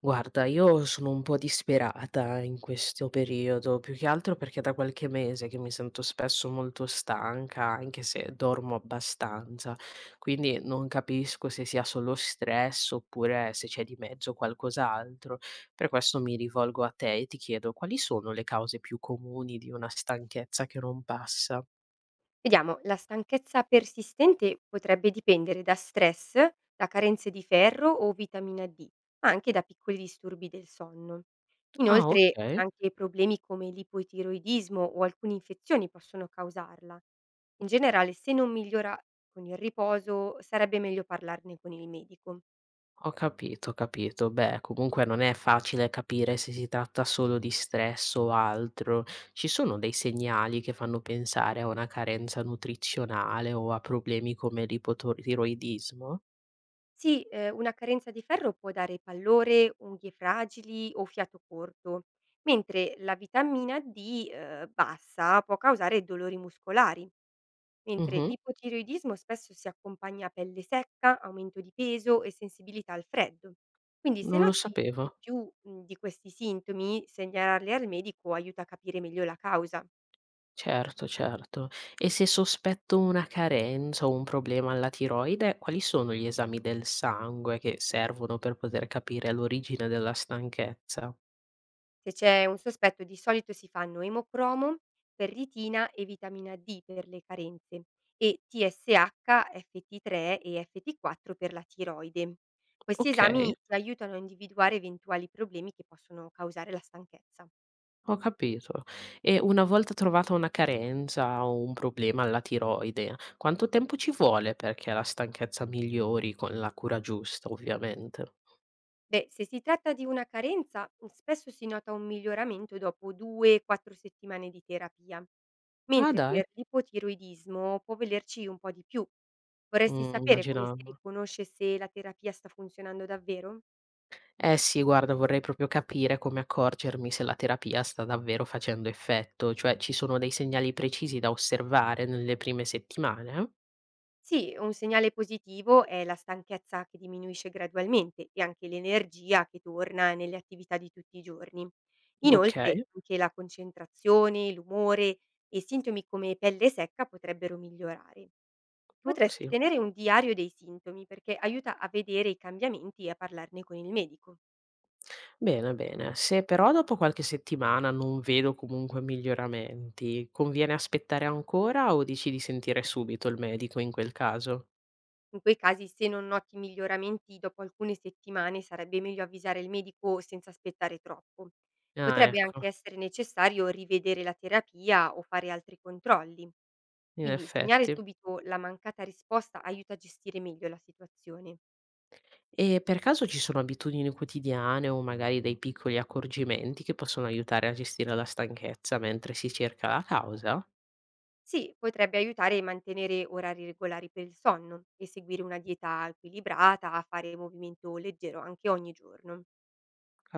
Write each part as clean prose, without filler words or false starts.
Guarda, io sono un po' disperata in questo periodo, più che altro perché da qualche mese che mi sento spesso molto stanca, anche se dormo abbastanza, quindi non capisco se sia solo stress oppure se c'è di mezzo qualcos'altro. Per questo mi rivolgo a te e ti chiedo quali sono le cause più comuni di una stanchezza che non passa. Vediamo, la stanchezza persistente potrebbe dipendere da stress, da carenze di ferro o vitamina D, ma anche da piccoli disturbi del sonno. Ah, Inoltre, ok. anche problemi come l'ipotiroidismo o alcune infezioni possono causarla. In generale, se non migliora con il riposo, sarebbe meglio parlarne con il medico. Ho capito, ho capito. Beh, comunque non è facile capire se si tratta solo di stress o altro. Ci sono dei segnali che fanno pensare a una carenza nutrizionale o a problemi come l'ipotiroidismo? Sì, una carenza di ferro può dare pallore, unghie fragili o fiato corto, mentre la vitamina D, bassa può causare dolori muscolari, mentre Mh-mh, l'ipotiroidismo spesso si accompagna a pelle secca, aumento di peso e sensibilità al freddo. Quindi se non lo noti sapevo. più di questi sintomi, segnalarli al medico aiuta a capire meglio la causa. Certo, certo. E se sospetto una carenza o un problema alla tiroide, quali sono gli esami del sangue che servono per poter capire l'origine della stanchezza? Se c'è un sospetto di solito si fanno emocromo, ferritina e vitamina D per le carenze e TSH, FT3 e FT4 per la tiroide. Questi Ok. esami ti aiutano a individuare eventuali problemi che possono causare la stanchezza. Ho capito. E una volta trovata una carenza o un problema alla tiroide, quanto tempo ci vuole perché la stanchezza migliori con la cura giusta, ovviamente? Beh, se si tratta di una carenza, spesso si nota un miglioramento dopo 2-4 settimane di terapia, Ah, mentre dai. per l'ipotiroidismo può volerci un po' di più. Vorresti sapere come si Immaginavo. riconosce se la terapia sta funzionando davvero? Eh sì, guarda, vorrei proprio capire come accorgermi se la terapia sta davvero facendo effetto, cioè ci sono dei segnali precisi da osservare nelle prime settimane? Sì, un segnale positivo è la stanchezza che diminuisce gradualmente e anche l'energia che torna nelle attività di tutti i giorni. Inoltre, Okay, anche la concentrazione, l'umore e sintomi come pelle secca potrebbero migliorare. oh, Potresti sì. tenere un diario dei sintomi perché aiuta a vedere i cambiamenti e a parlarne con il medico. Bene, bene. Se però dopo qualche settimana non vedo comunque miglioramenti, conviene aspettare ancora o dici di sentire subito il medico in quel caso? In quei casi, se non noti miglioramenti dopo alcune settimane, sarebbe meglio avvisare il medico senza aspettare troppo. Ah, Potrebbe ecco, anche essere necessario rivedere la terapia o fare altri controlli. in Quindi segnare effetti. subito la mancata risposta aiuta a gestire meglio la situazione. E per caso ci sono abitudini quotidiane o magari dei piccoli accorgimenti che possono aiutare a gestire la stanchezza mentre si cerca la causa? Sì, potrebbe aiutare a mantenere orari regolari per il sonno e seguire una dieta equilibrata, a fare movimento leggero anche ogni giorno.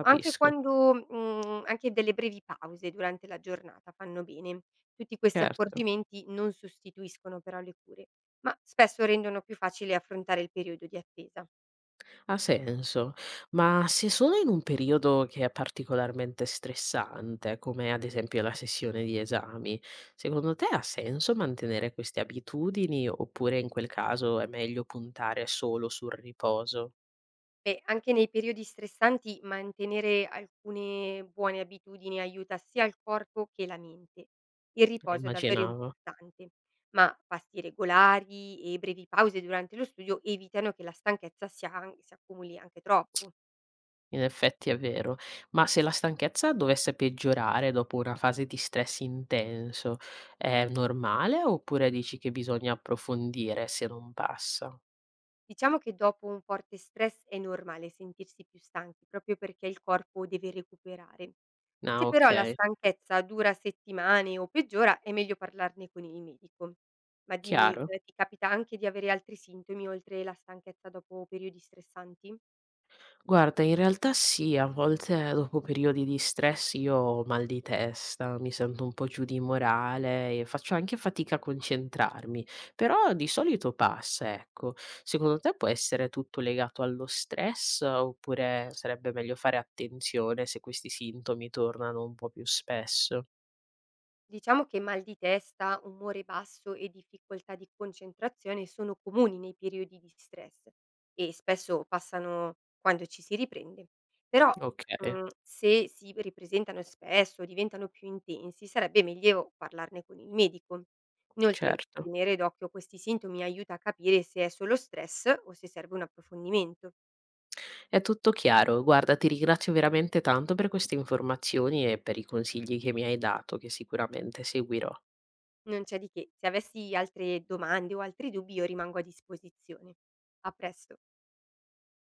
Anche quando anche delle brevi pause durante la giornata fanno bene. Tutti questi certo. accorgimenti non sostituiscono però le cure, ma spesso rendono più facile affrontare il periodo di attesa. Ha senso, ma se sono in un periodo che è particolarmente stressante, come ad esempio la sessione di esami, secondo te ha senso mantenere queste abitudini oppure in quel caso è meglio puntare solo sul riposo? E anche nei periodi stressanti mantenere alcune buone abitudini aiuta sia il corpo che la mente. Il riposo è davvero Immaginavo, importante, ma pasti regolari e brevi pause durante lo studio evitano che la stanchezza si accumuli anche troppo. in effetti è vero, ma se la stanchezza dovesse peggiorare dopo una fase di stress intenso, è normale oppure dici che bisogna approfondire se non passa? Diciamo che dopo un forte stress è normale sentirsi più stanchi, proprio perché il corpo deve recuperare. Ah, Se però la ok, stanchezza dura settimane o peggiora, è meglio parlarne con il medico. Ma dimmi, chiaro. Ti capita anche di avere altri sintomi oltre la stanchezza dopo periodi stressanti? Guarda, in realtà sì, a volte dopo periodi di stress io ho mal di testa, mi sento un po' giù di morale e faccio anche fatica a concentrarmi, però di solito passa, ecco. Secondo te può essere tutto legato allo stress oppure sarebbe meglio fare attenzione se questi sintomi tornano un po' più spesso? Diciamo che mal di testa, umore basso e difficoltà di concentrazione sono comuni nei periodi di stress e spesso passano quando ci si riprende. Però Ok, se si ripresentano spesso o diventano più intensi, sarebbe meglio parlarne con il medico. Inoltre, certo. tenere d'occhio questi sintomi aiuta a capire se è solo stress o se serve un approfondimento. È tutto chiaro. Guarda, ti ringrazio veramente tanto per queste informazioni e per i consigli che mi hai dato, che sicuramente seguirò. Non c'è di che, se avessi altre domande o altri dubbi io rimango a disposizione. A presto.